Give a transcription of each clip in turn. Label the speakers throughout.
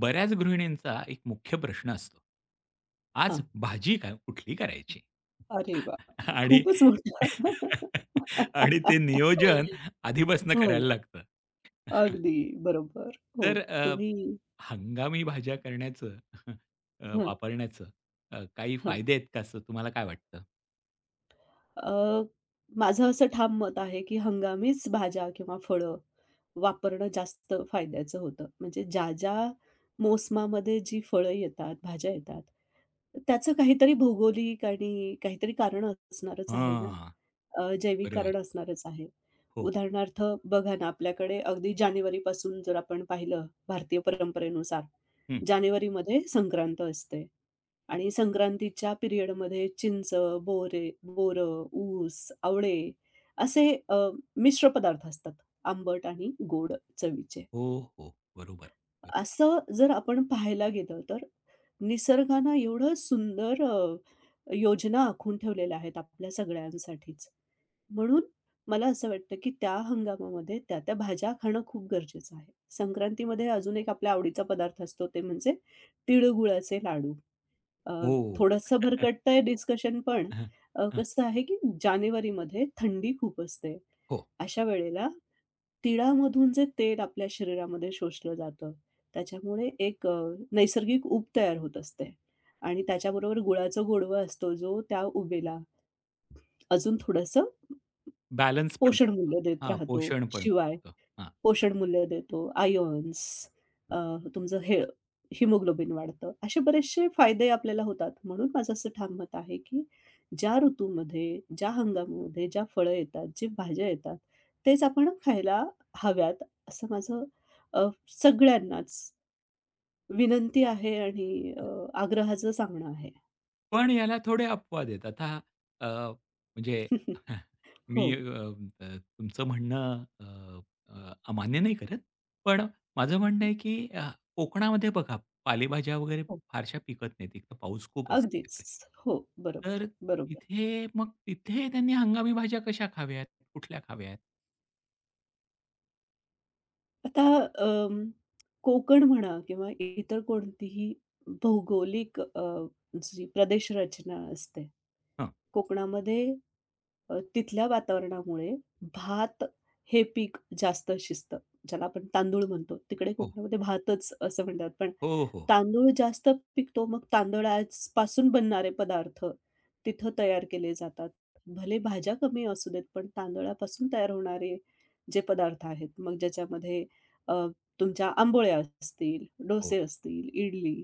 Speaker 1: बऱ्याच गृहिणींचा एक मुख्य प्रश्न असतो. आज
Speaker 2: हां.
Speaker 1: भाजी काय कुठली करायची?
Speaker 2: अरे बापरे!
Speaker 1: आणि
Speaker 2: खूपच मोठा.
Speaker 1: आणि ते नियोजन आधीपासून
Speaker 2: हो,
Speaker 1: करायला लागतं.
Speaker 2: अगदी बरोबर. हो,
Speaker 1: तर
Speaker 2: तुम्ही
Speaker 1: हंगामी भाज्या करण्याचं
Speaker 2: हं,
Speaker 1: वापरण्याचं काही
Speaker 2: हं.
Speaker 1: फायदे आहेत का असं तुम्हाला काय वाटतं?
Speaker 2: अ, माझं असं ठाम मत आहे, की हंगामीच भाज्या किंवा फळं वापरणं जास्त फायद्याचं होतं. म्हणजे ज्या-ज्या मोसमामध्ये जी फळं येतात, भाज्या येतात, त्याचं काहीतरी भौगोलिक आणि काहीतरी कारण असणारच आहे ना.
Speaker 1: हां,
Speaker 2: जैविक
Speaker 1: बरोबर.
Speaker 2: कारण असणारच आहे.
Speaker 1: हो.
Speaker 2: उदाहरणार्थ बघा ना, आपल्याकडे अगदी जानेवारीपासून जर आपण पाहिलं भारतीय परंपरेनुसार,
Speaker 1: हं.
Speaker 2: जानेवारीमध्ये संक्रांत असते आणि संक्रांतीच्या पिरियडमध्ये चिंच, बोरे बोरं, ऊस, आवळे असे मिश्र पदार्थ असतात, आंबट आणि गोड चवीचे.
Speaker 1: हो, हो. बरोबर. बरं.
Speaker 2: असं जर आपण पाहायला गेलं तर निसर्गानं एवढं सुंदर योजना आखून ठेवलेल्या आहेत आपल्या सगळ्यांसाठीच. म्हणून मला असं वाटतं, की त्या हंगामामध्ये त्या-त्या भाज्या खाणं खूप गरजेचं आहे. संक्रांतीमध्ये अजून एक आपल्या आवडीचा पदार्थ असतो ते म्हणजे तिळगुळाचे लाडू. अ,
Speaker 1: हो.
Speaker 2: थोडंसं भरकटतंय डिस्कशन पण
Speaker 1: हं,
Speaker 2: कसं आहे की जानेवारीमध्ये थंडी खूप असते.
Speaker 1: हो.
Speaker 2: अशा वेळेला तिळामधून जे तेल आपल्या शरीरामध्ये शोषलं जातं, त्याच्यामुळे एक नैसर्गिक ऊब तयार होत असते आणि त्याच्याबरोबर गुळाचा गोडवा असतो, जो त्या उबेला अजून थोडंसं
Speaker 1: बॅलन्स पण
Speaker 2: पोषण
Speaker 1: करतो.
Speaker 2: मूल्य देत
Speaker 1: हां,
Speaker 2: राहतो.
Speaker 1: पोषण पण
Speaker 2: शिवाय
Speaker 1: करतो.
Speaker 2: पोषण मूल्य देतो, आयॉन्स, अ, तुमचं हे हिमोग्लोबिन वाढतं. असे बरेचसे फायदे आपल्याला होतात. म्हणून माझं असं ठाम मत आहे, की ज्या ऋतूमध्ये, ज्या हंगामामध्ये ज्या फळं येतात, जे भाज्या येतात, तेच आपण खायला हव्यात, असं माझं अ, सगळ्यांनाच विनंती आहे आणि आग्रहाचं सांगणं आहे.
Speaker 1: पण याला थोडे अपवाद आहेत. आता अ, म्हणजे
Speaker 2: हो.
Speaker 1: मी अ, अ, तुमचं म्हणणं अ, अ, अमान्य नाही करत. पण माझं म्हणणं आहे, की कोकणामध्ये बघा पालेभाज्या वगैरे
Speaker 2: हो.
Speaker 1: फारशा पिकत नाहीत. एक तर पाऊस खूप असतो
Speaker 2: अगदीच.
Speaker 1: तिकडे.
Speaker 2: हो, बरोबर,
Speaker 1: तर
Speaker 2: बरोबर.
Speaker 1: तिथे मग तिथे त्यांनी हंगामी भाज्या कशा खाव्यात? कुठल्या खाव्यात?
Speaker 2: आता अम, कोकण म्हणा किंवा इतर कोणतीही भौगोलिक जी प्रदेश रचना असते,
Speaker 1: हं.
Speaker 2: कोकणामध्ये तिथल्या वातावरणामुळे भात हे पीक जास्त शिस्त, ज्याला आपण तांदूळ म्हणतो, तिकडे
Speaker 1: हो.
Speaker 2: कोकणामध्ये भातच असं म्हणतात. पण
Speaker 1: हो, हो.
Speaker 2: तांदूळ जास्त पिकतो, मग तांदळापासून बनणारे पदार्थ तिथं तयार केले जातात. भले भाज्या कमी असू देत, पण तांदळापासून तयार होणारे जे पदार्थ आहेत, मग ज्याच्यामध्ये अ, तुमच्या आंबोळ्या असतील,
Speaker 1: हो.
Speaker 2: डोसे असतील, इडली,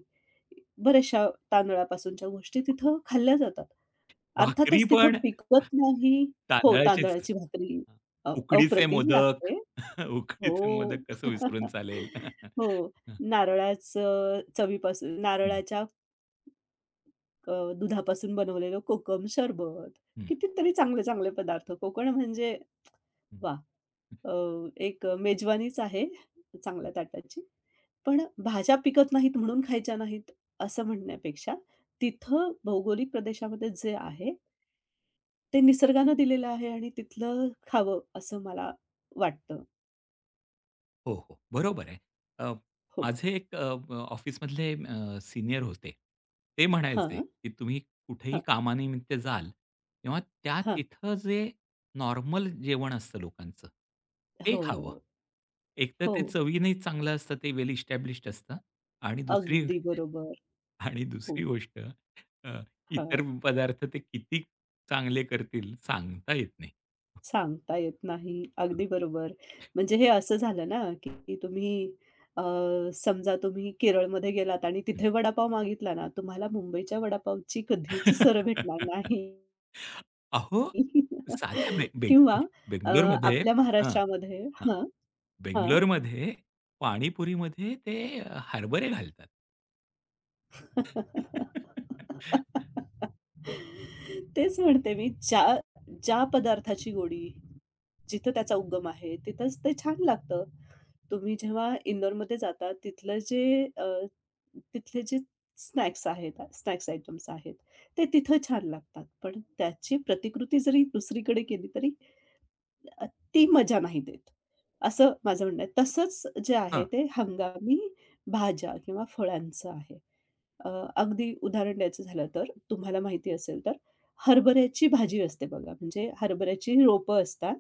Speaker 2: बऱ्याचशा तांदळापासूनच्या गोष्टी तिथं खाल्ल्या जातात.
Speaker 1: भाकरी
Speaker 2: अर्थातच तिथं
Speaker 1: पण
Speaker 2: पिकवत नाही हो,
Speaker 1: तांदळाचीच.
Speaker 2: तांदळाची भाकरी
Speaker 1: हां.
Speaker 2: अ,
Speaker 1: उकडीचे
Speaker 2: अप्रतिम
Speaker 1: मोदक,
Speaker 2: लागते.
Speaker 1: उकडीचे
Speaker 2: हो.
Speaker 1: मोदक कसं विसरून चालेल.
Speaker 2: हो. नारळाचं चवीपासून
Speaker 1: हं,
Speaker 2: नारळाच्या दुधापासून बनवलेलं कोकम सरबत.
Speaker 1: हं,
Speaker 2: कितीतरी चांगले-चांगले पदार्थ. कोकण म्हणजे
Speaker 1: हं.
Speaker 2: वा, अ, एक मेजवानीच आहे चांगल्या ताटाची. पण भाज्या पिकत नाहीत म्हणून खायच्या नाहीत असं म्हणण्यापेक्षा तिथं भौगोलिक प्रदेशामध्ये जे आहे, ते निसर्गानं दिलेलं आहे आणि तिथलं खावं असं मला वाटतं.
Speaker 1: हो, हो. बरोबर आहे. अ,
Speaker 2: हो.
Speaker 1: माझे एक ऑफिसमधले सीनियर होते. ते म्हणायचे,
Speaker 2: हां,
Speaker 1: की तुम्ही कुठेही
Speaker 2: हां,
Speaker 1: कामानिमित्त जाल, तेव्हा त्या
Speaker 2: हां.
Speaker 1: तिथं जे नॉर्मल जेवण असतं लोकांचं, ते खावं.
Speaker 2: हो.
Speaker 1: एकतर
Speaker 2: हो,
Speaker 1: ते चवीने चांगलं असतं, ते वेल इस्टॅब्लिश्ड असतं आणि दुसरी
Speaker 2: अगदी बरोबर.
Speaker 1: आणि
Speaker 2: हो.
Speaker 1: दुसरी गोष्ट अ,
Speaker 2: हां,
Speaker 1: इतर पदार्थ ते किती चांगले करतील सांगता येत नाही.
Speaker 2: सांगता येत नाही.
Speaker 1: हं,
Speaker 2: अगदी बरोबर. म्हणजे हे असं झालं ना, की तुम्ही अ, समजा तुम्ही केरळमध्ये गेलात आणि तिथे वडापाव मागितला ना, तुम्हाला मुंबईच्या वडापावची कधीच सर भेटणार
Speaker 1: हं.
Speaker 2: नाही.
Speaker 1: अहो, साध्या बे
Speaker 2: किंवा
Speaker 1: बेंगलोर
Speaker 2: अ,
Speaker 1: बेंगलोरमध्ये
Speaker 2: आपल्या
Speaker 1: हां,
Speaker 2: महाराष्ट्रामध्ये
Speaker 1: हां.
Speaker 2: हां, हां.
Speaker 1: बेंगलोरमध्ये पाणीपुरीमध्ये ते हरभरे घालतात.
Speaker 2: तेच म्हणते मी, ज्या ज्या पदार्थाची गोडी, जिथं त्याचा उगम आहे, तिथंच ते छान लागतं. तुम्ही जेव्हा इंदोरमध्ये जाता, तिथलं जे तिथले जे स्नॅक्स आहेत, स्नॅक्स आयटम्स आहेत, ते तिथं छान लागतात. पण त्याची प्रतिकृती जरी दुसरीकडे केली तरी अ, ती मजा नाही देत, असं माझं म्हणणं आहे. तसंच जे आहे
Speaker 1: हां.
Speaker 2: ते हंगामी भाज्या किंवा फळांचं आहे. अ, अगदी उदाहरण द्यायचं झालं तर तुम्हाला माहिती असेल तर हरभऱ्याची भाजी असते बघा, म्हणजे हरभऱ्याची रोपं असतात.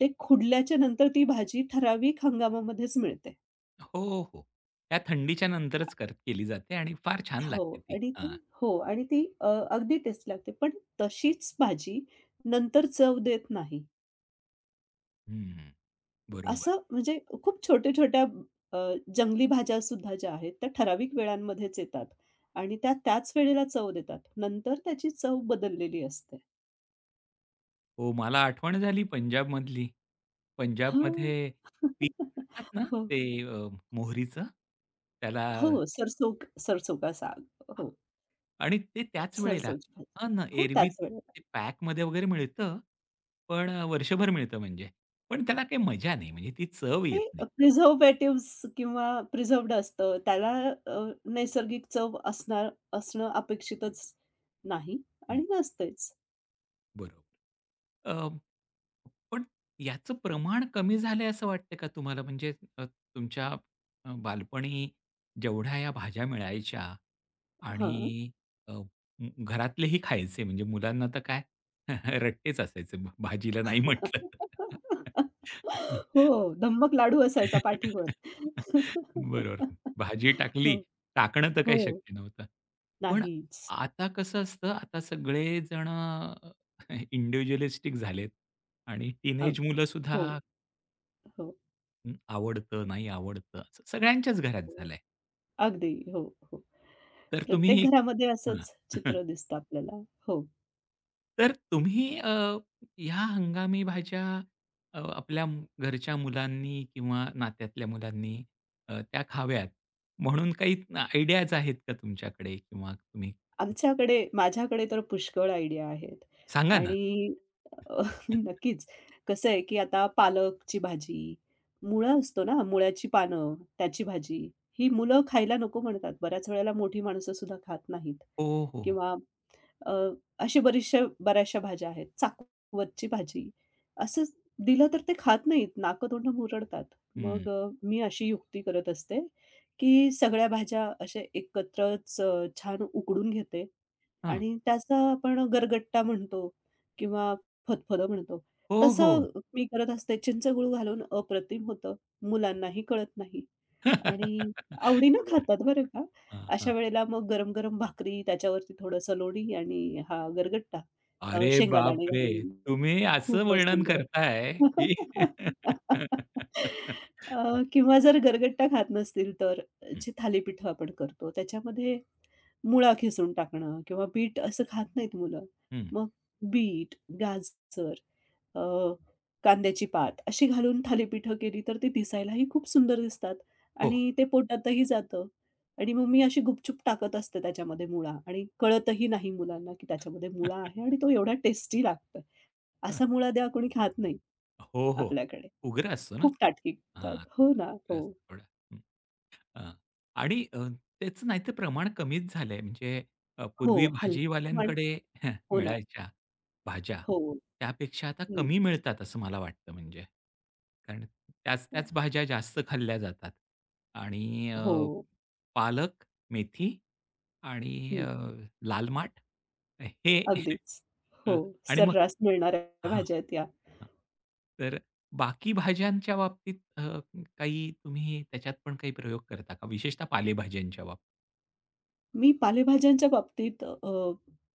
Speaker 2: ते खुडल्याच्या नंतर ती भाजी ठराविक हंगामामध्येच मिळते.
Speaker 1: हो, हो. त्या थंडीच्या नंतरच केली जाते आणि फार छान
Speaker 2: हो
Speaker 1: लागते ती.
Speaker 2: आणि ती
Speaker 1: हां.
Speaker 2: हो आणि ती अगदी टेस्ट लागते. पण तशीच भाजी नंतर चव देत नाही.
Speaker 1: हं. बरोबर.
Speaker 2: असं म्हणजे खूप छोट्या-छोट्या अ, जंगली भाज्या सुद्धा ज्या आहेत, त्या ठराविक वेळांमध्येच येतात आणि त्या त्याच वेळेला चव देतात. नंतर त्याची चव बदललेली असते.
Speaker 1: हो, मला आठवण झाली पंजाबमधली.
Speaker 2: हां.
Speaker 1: पंजाबमध्ये पीठ मळतात ना
Speaker 2: हो,
Speaker 1: ते मोहरीचं त्याला
Speaker 2: हो. सरसों सरसों का साग.
Speaker 1: हां.
Speaker 2: हो,
Speaker 1: आणि ते त्याच वेळेला
Speaker 2: सरसोची भाजी.
Speaker 1: हां ना,
Speaker 2: हो,
Speaker 1: एरवी
Speaker 2: त्याच वेळेला.
Speaker 1: ते पॅकमध्ये वगैरे मिळतं, पण वर्षभर मिळतं म्हणजे. पण त्याला काही मजा नाही म्हणजे ती चव
Speaker 2: ते
Speaker 1: येत नाही.
Speaker 2: प्रिझर्व्हेटिव्हज किंवा प्रिझर्व्हड असतं. त्याला अ, नैसर्गिक चव असणार असणं अपेक्षितच नाही
Speaker 1: हं,
Speaker 2: आणि नसतेच.
Speaker 1: बरोबर. अ, पण याचं प्रमाण कमी झालंय असं वाटतं का तुम्हाला? म्हणजे तुमच्या बालपणी जेवढ्या या भाज्या मिळायच्या
Speaker 2: हां.
Speaker 1: आणि अ, घ घरातलेही खायचे म्हणजे मुलांना तर काय रट्टेच असायचे भाजीला नाही म्हटलं तर.
Speaker 2: हो, धम्मक लाडू असायचा पाठीवर.
Speaker 1: बरोबर. भाजी टाकली,
Speaker 2: हो,
Speaker 1: टाकणं तर काही
Speaker 2: हो.
Speaker 1: शक्य नव्हतं. पण
Speaker 2: नाहीच.
Speaker 1: आता कसं असतं, आता सगळेजण इंडिव्हिज्युअलिस्टिक झालेत आणि
Speaker 2: अग
Speaker 1: टीनेज मुलंसुद्धा
Speaker 2: हो, हो,
Speaker 1: आवडतं, नाही आवडतं, असं सगळ्यांच्याच घरात
Speaker 2: हो.
Speaker 1: झालंय.
Speaker 2: अगदी. हो, हो.
Speaker 1: तर
Speaker 2: प्रत्येक
Speaker 1: तुम्ही
Speaker 2: घरामध्ये
Speaker 1: हां.
Speaker 2: असंच चित्र दिसतं आपल्याला. हो.
Speaker 1: तर तुम्ही ह्या हंगामी भाज्या आपल्या घरच्या मुलांनी किंवा नात्यातल्या मुलांनी त्या खाव्यात म्हणून काही आयडियाज आहेत का तुमच्याकडे किंवा तुम्ही
Speaker 2: माझ्याकडे तर पुष्कळ आयडिया आहेत
Speaker 1: सांगा ना?
Speaker 2: आणि अ, नक्कीच. कसं आहे, की आता पालकची भाजी, मुळा असतो ना, मुळ्याची पानं, त्याची भाजी. ही मुलं खायला नको म्हणतात. बऱ्याच वेळेला मोठी माणसं सुद्धा खात नाहीत
Speaker 1: हो, हो.
Speaker 2: किंवा अ, अशा बऱ्याचशा बऱ्याचशा भाज्या आहेत. चाकवतची भाजी असं दिलं तर ते खात नाहीत. नाकतोंड मुरडतात.
Speaker 1: हं.
Speaker 2: मग मी अशी युक्ती करत असते, की सगळ्या भाज्या अशा एकत्रच छान उकडून घेते
Speaker 1: हां.
Speaker 2: आणि त्याचा आपण गरगट्टा म्हणतो किंवा फतफदं म्हणतो.
Speaker 1: हो, हो.
Speaker 2: तसं मी करत असते. चिंचगूळ घालून अप्रतिम होतं. मुलांनाही कळत नाही. आणि आवडीनं
Speaker 1: बरं.
Speaker 2: खातात बरं का.
Speaker 1: हां, हां.
Speaker 2: अशा वेळेला मग गरम-गरम भाकरी, त्याच्यावरती थोडंसं लोणी आणि हा गरगट्टा,
Speaker 1: अरे
Speaker 2: शेंगादाणे
Speaker 1: बापरे!
Speaker 2: घालून.
Speaker 1: तुम्ही असं
Speaker 2: खूपच
Speaker 1: वर्णन
Speaker 2: सुंदर.
Speaker 1: करताय की हं,
Speaker 2: अ, किंवा जर गरगट्टा खात नसतील तर जे थालीपीठ आपण करतो त्याच्यामध्ये मुळा खिसून टाकणं किंवा बीट असं खात नाहीत मुलं.
Speaker 1: हं.
Speaker 2: मग बीट, गाजर, अ, कांद्याची पात अशी घालून थालीपीठं केली तर ती दिसायलाही खूप सुंदर दिसतात
Speaker 1: हो.
Speaker 2: आणि ते पोटातही जातं आणि मग मी अशी गुपचूप टाकत असते त्याच्यामध्ये मुळा आणि कळतही नाही मुलांना, की त्याच्यामध्ये मुळा आहे आणि तो एवढा टेस्टी लागतो. असा मुळा द्या कोणी खात नाही
Speaker 1: हो, हो.
Speaker 2: आपल्याकडे.
Speaker 1: उग्र असतो ना.
Speaker 2: खूप ताटकी खातात.
Speaker 1: हां,
Speaker 2: हो
Speaker 1: तसा
Speaker 2: ना.
Speaker 1: उग्र
Speaker 2: हो.
Speaker 1: असतो थोडा. हं, हां. आणि त्याचं नाही तर प्रमाण कमीच झालंय. म्हणजे
Speaker 2: हो.
Speaker 1: पूर्वी
Speaker 2: हल्ली प्रमाण
Speaker 1: भाजीवाल्यांकडे
Speaker 2: हो ना.
Speaker 1: मिळायच्या भाज्या,
Speaker 2: हो.
Speaker 1: त्यापेक्षा आता
Speaker 2: हं.
Speaker 1: कमी मिळतात असं मला वाटतं म्हणजे. कारण त्याच-त्याच भाज्या जास्त खाल्ल्या जातात आणि
Speaker 2: हो.
Speaker 1: पालक, मेथी आणि
Speaker 2: हं.
Speaker 1: लाल माठ हे
Speaker 2: अगदीच. हो,
Speaker 1: अ, आणि मग
Speaker 2: सर्रास मिळणाऱ्या
Speaker 1: हां,
Speaker 2: भाज्या आहेत या.
Speaker 1: हां. तर बाकी भाज्यांच्या बाबतीत काही तुम्ही त्याच्यात पण काही प्रयोग करता का? विशेषतः पालेभाज्यांच्या बाबतीत?
Speaker 2: मी पालेभाज्यांच्या बाबतीत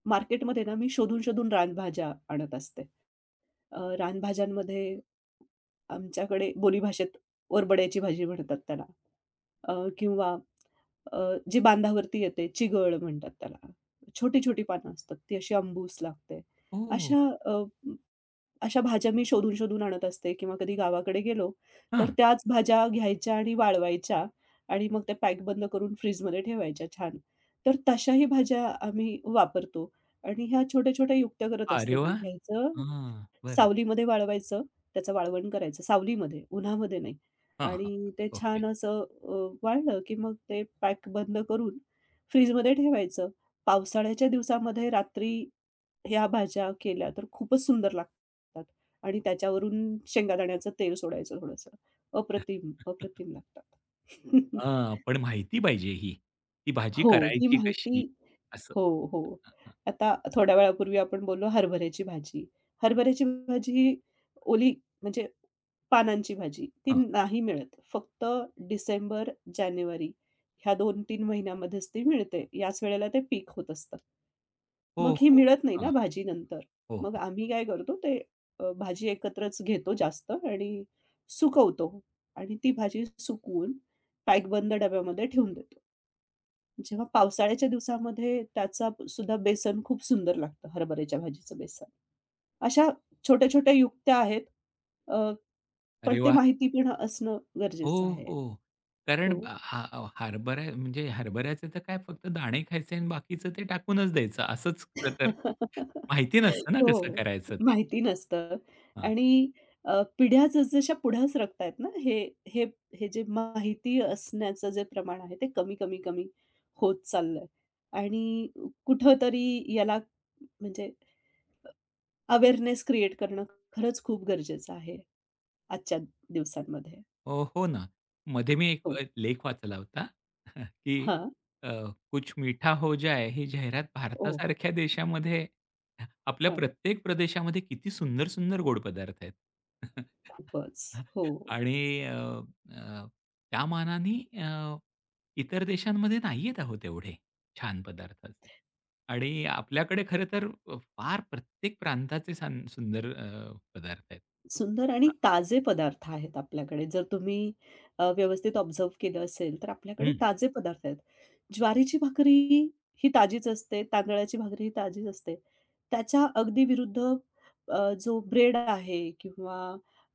Speaker 2: मार्केटमध्ये ना मी शोधून-शोधून रानभाज्या आणत असते. रानभाज्यांमध्ये आमच्याकडे बोलीभाषेत ओरबड्याची भाजी म्हणतात त्याला किंवा अ, जी बांधावरती येते चिगळ म्हणतात त्याला. छोटी-छोटी पानं असतात, ती अशी आंबूस लागते.
Speaker 1: ओह!
Speaker 2: अशा अशा भाज्या मी शोधून-शोधून आणत असते किंवा कधी गावाकडे गेलो, तर
Speaker 1: हां.
Speaker 2: त्याच भाज्या घ्यायच्या आणि वाळवायच्या आणि मग त्या पॅक बंद करून फ्रीजमध्ये ठेवायच्या छान. तर तशाही भाज्या आम्ही वापरतो आणि ह्या छोट्या-छोट्या युक्त्या करत
Speaker 1: अरे
Speaker 2: असते मी.
Speaker 1: वाह!
Speaker 2: घ्यायचं,
Speaker 1: हां, बरं.
Speaker 2: सावलीमध्ये वाळवायचं, त्याचं वाळवण करायचं सावलीमध्ये, उन्हामध्ये नाही
Speaker 1: हां, हां.
Speaker 2: आणि ते
Speaker 1: ओके.
Speaker 2: छान असं वाळलं की मग ते पॅक बंद करून फ्रीजमध्ये ठेवायचं. पावसाळ्याच्या दिवसामध्ये रात्री ह्या भाज्या केल्या तर खूपच सुंदर लागतात आणि त्याच्यावरून शेंगादाण्याचं तेल सोडायचं थोडंसं. अप्रतिम, अप्रतिम लागतात.
Speaker 1: हां, पण माहिती पाहिजे ही. ती भाजी
Speaker 2: हो, ही
Speaker 1: करायची
Speaker 2: माहिती
Speaker 1: कशी? असं.
Speaker 2: हो, हो.
Speaker 1: हां,
Speaker 2: आता थोड्या वेळापूर्वी आपण बोललो हरभऱ्याची भाजी. हरभऱ्याची भाजी ही ओली म्हणजे पानांची भाजी, ती नाही मिळत. फक्त डिसेंबर, जानेवारी ह्या दोन तीन महिन्यामध्येच ती मिळते. याच वेळेला ते पीक होत असतं. मग
Speaker 1: हो,
Speaker 2: ही
Speaker 1: हो.
Speaker 2: मिळत नाही ना
Speaker 1: हां.
Speaker 2: भाजी नंतर.
Speaker 1: हो,
Speaker 2: मग
Speaker 1: हो.
Speaker 2: आम्ही काय करतो ते भाजी एकत्रच घेतो जास्त आणि सुकवतो आणि ती भाजी सुकवून पॅकबंद डब्यामध्ये ठेवून देतो. जेव्हा पावसाळ्याच्या दिवसामध्ये त्याचा सुद्धा बेसन खूप सुंदर लागतं, हरभऱ्याच्या भाजीचं बेसन. अशा छोट्या-छोट्या युक्त्या आहेत. अ, पण
Speaker 1: अरे
Speaker 2: ते
Speaker 1: वाह!
Speaker 2: माहिती पण असणं
Speaker 1: हो,
Speaker 2: गरजेचं आहे.
Speaker 1: हो. कारण
Speaker 2: हो.
Speaker 1: हा हरभरा म्हणजे हरभऱ्याचे तर काय फक्त दाणे खायचे आणि बाकीचं ते टाकूनच द्यायचं. असंच खरं तर माहिती नसतं ना कसं
Speaker 2: हो.
Speaker 1: करायचं ते.
Speaker 2: माहिती नसतं
Speaker 1: हां.
Speaker 2: आणि पिढ्या जसजशा पुढे सरकतायत ना, हे हे हे जे माहिती असण्याचं जे प्रमाण आहे, ते कमी-कमी-कमी होत चाललंय आणि कुठेतरी याला म्हणजे अवेअरनेस क्रिएट करणं खरंच खूप गरजेचं आहे आजच्या दिवसांमध्ये.
Speaker 1: हो ना. मध्ये मी एक
Speaker 2: हो.
Speaker 1: लेख वाचला होता, की
Speaker 2: हां.
Speaker 1: अ, कुछ मीठा हो जाए ही जाहिरात
Speaker 2: ओह!
Speaker 1: भारतासारख्या देशामध्ये आपल्या
Speaker 2: हां.
Speaker 1: प्रत्येक प्रदेशामध्ये किती सुंदर-सुंदर गोड पदार्थ आहेत.
Speaker 2: खूपच. हो.
Speaker 1: आणि अ, अ, त्या मानाने अ, इतर देशांमध्ये नाहीयेत अहो तेवढे छान पदार्थ आणि आपल्याकडे खरं तर फार प्रत्येक प्रांताचे सुंदर पदार्थ आहेत.
Speaker 2: सुंदर आणि ताजे पदार्थ आहेत आपल्याकडे. जर तुम्ही व्यवस्थित ऑब्झर्व्ह केलं असेल, तर आपल्याकडे
Speaker 1: हं.
Speaker 2: ताजे पदार्थ आहेत. ज्वारीची भाकरी ही ताजीच असते, तांदळाची भाकरी ही ताजीच असते. त्याच्या अगदी विरुद्ध जो ब्रेड आहे किंवा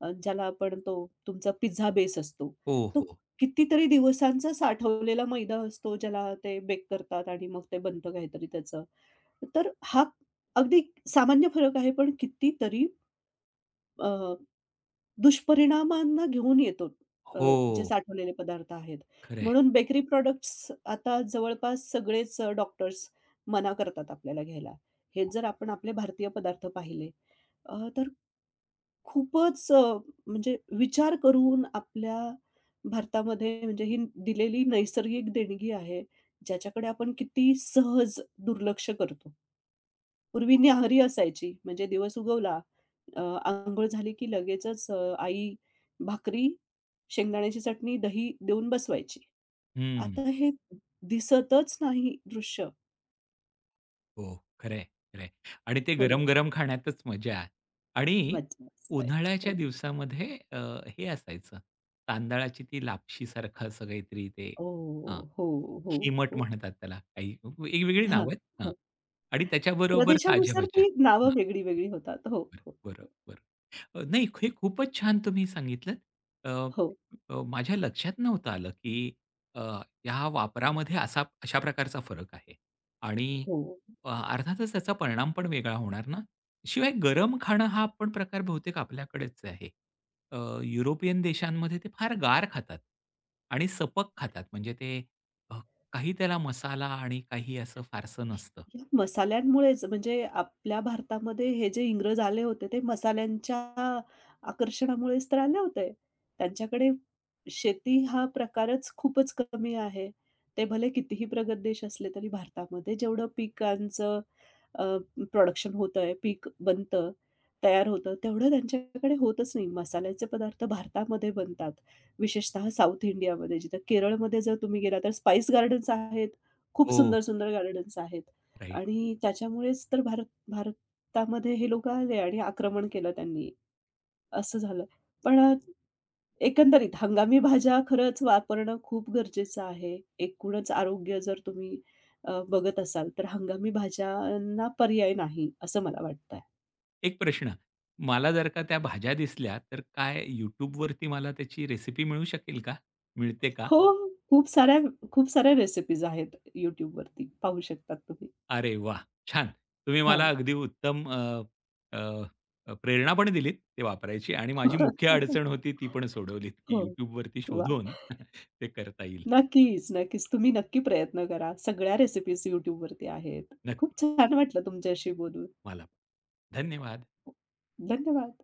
Speaker 2: ज्याला आपण तो तुमचा पिझ्झा बेस असतो,
Speaker 1: हो,
Speaker 2: तो
Speaker 1: हो.
Speaker 2: कितीतरी दिवसांचा साठवलेला मैदा असतो, ज्याला ते बेक करतात आणि मग ते बनतं काहीतरी त्याचं. तर हा अगदी सामान्य फरक आहे, पण कितीतरी अ, दुष्परिणामांना घेऊन येतो अ,
Speaker 1: हो,
Speaker 2: जे साठवलेले पदार्थ आहेत.
Speaker 1: खरं आहे.
Speaker 2: म्हणून बेकरी प्रॉडक्ट्स आता जवळपास सगळेच डॉक्टर्स मना करतात आपल्याला घ्यायला. हेच जर आपण आपले भारतीय पदार्थ पाहिले तर खूपच म्हणजे विचार करून आपल्या भारतामध्ये म्हणजे ही दिलेली नैसर्गिक देणगी आहे, ज्याच्याकडे आपण किती सहज दुर्लक्ष करतो. पूर्वी न्याहरी असायची म्हणजे दिवस उगवला, अ, अंघोळ झाली की लगेचच आई भाकरी, शेंगदाण्याची चटणी, दही देऊन बसवायची.
Speaker 1: हं.
Speaker 2: आता हे दिसतच नाही दृश्य.
Speaker 1: हो, खरं आहे, खरं आणि ते
Speaker 2: हो ना.
Speaker 1: गरम-गरम खाण्यातच मजा. आणि
Speaker 2: मज्जा असते.
Speaker 1: उन्हाळ्याच्या
Speaker 2: हो.
Speaker 1: दिवसामध्ये हे असायचं तांदळाची ती लापशीसारखं असं काहीतरी ते
Speaker 2: हो,
Speaker 1: हां,
Speaker 2: हो, हो,
Speaker 1: खिमट
Speaker 2: हो.
Speaker 1: म्हणतात त्याला काही वेगवेगळी
Speaker 2: हां,
Speaker 1: नावं आहेत. हां.
Speaker 2: हां.
Speaker 1: आणि त्याच्याबरोबर ताज्या
Speaker 2: प्रदेशानुसार
Speaker 1: भाज्या.
Speaker 2: ती
Speaker 1: हां,
Speaker 2: नावं वेगळी-वेगळी होतात. हो,
Speaker 1: बरं,
Speaker 2: हो,
Speaker 1: बरं,
Speaker 2: हो.
Speaker 1: बरं. नाही हे खूपच छान तुम्ही सांगितलंत. अ,
Speaker 2: हो,
Speaker 1: अ, माझ्या लक्षात नव्हतं आलं, की अ, ह्या वापरामध्ये अशा प्रकारचा फरक आहे आणि
Speaker 2: हो.
Speaker 1: अर्थातच त्याचा परिणाम पण वेगळा होणार ना. शिवाय गरम खाणं हा पण प्रकार बहुतेक आपल्याकडेच आहे. अ, युरोपियन देशांमध्ये ते फार गार खातात आणि सपक खातात. म्हणजे ते अ, काही त्याला मसाला आणि काही असं फारसं नसतं.
Speaker 2: या मसाल्यांमुळेच म्हणजे आपल्या भारतामध्ये हे जे इंग्रज आले होते, ते मसाल्यांच्या आकर्षणामुळेच तर आले होते. त्यांच्याकडे शेती हा प्रकारच खूपच कमी आहे. ते भले कितीही प्रगत देश असले तरी भारतामध्ये जेवढं पिकांचं अ, प्रोडक्शन होतंय, पीक बनतं, तयार होतं, तेवढं त्यांच्याकडे होतच नाही. मसाल्याचे पदार्थ भारतामध्ये बनतात. विशेषतः साउथ इंडियामध्ये, जिथं केरळमध्ये जर तुम्ही गेला तर स्पाईस गार्डन्स आहेत. खूप
Speaker 1: हो.
Speaker 2: सुंदर, सुंदर गार्डन्स आहेत.
Speaker 1: राईट.
Speaker 2: आणि त्याच्यामुळेच तर भारतामध्ये हे लोकं आले आणि आक्रमण केलं त्यांनी, असं झालं. पण एकंदरीत हंगामी भाज्या खरंच वापरणं खूप गरजेचं आहे. एकूणच आरोग्य जर तुम्ही बघत असाल, तर हंगामी भाज्यांना पर्याय नाही, असं मला वाटतंय.
Speaker 1: एक प्रश्न, मला जर का त्या भाज्या दिसल्या, तर काय YouTubeवरती मला त्याची रेसिपी मिळू शकेल का? मिळते का?
Speaker 2: हो, हो. खूप साऱ्या रेसिपीज आहेत YouTubeवरती. पाहू शकतात तुम्ही.
Speaker 1: अरे वा छान. तुम्ही
Speaker 2: हां.
Speaker 1: मला अगदी उत्तम अ, अ, अ, प्रेरणा पण दिलीत ते वापरायची आणि माझी मुख्य अडचण होती ती पण सोडवलीत, की
Speaker 2: हो.
Speaker 1: YouTubeवरती
Speaker 2: वाह!
Speaker 1: शोधून ते करता येईल.
Speaker 2: नक्कीच, नक्कीच. तुम्ही नक्की प्रयत्न करा. सगळ्या रेसिपीज YouTubeवरती आहेत.
Speaker 1: नक्की
Speaker 2: खूप छान वाटलं तुमच्याशी बोलून.
Speaker 1: मला. पण. धन्यवाद.
Speaker 2: धन्यवाद.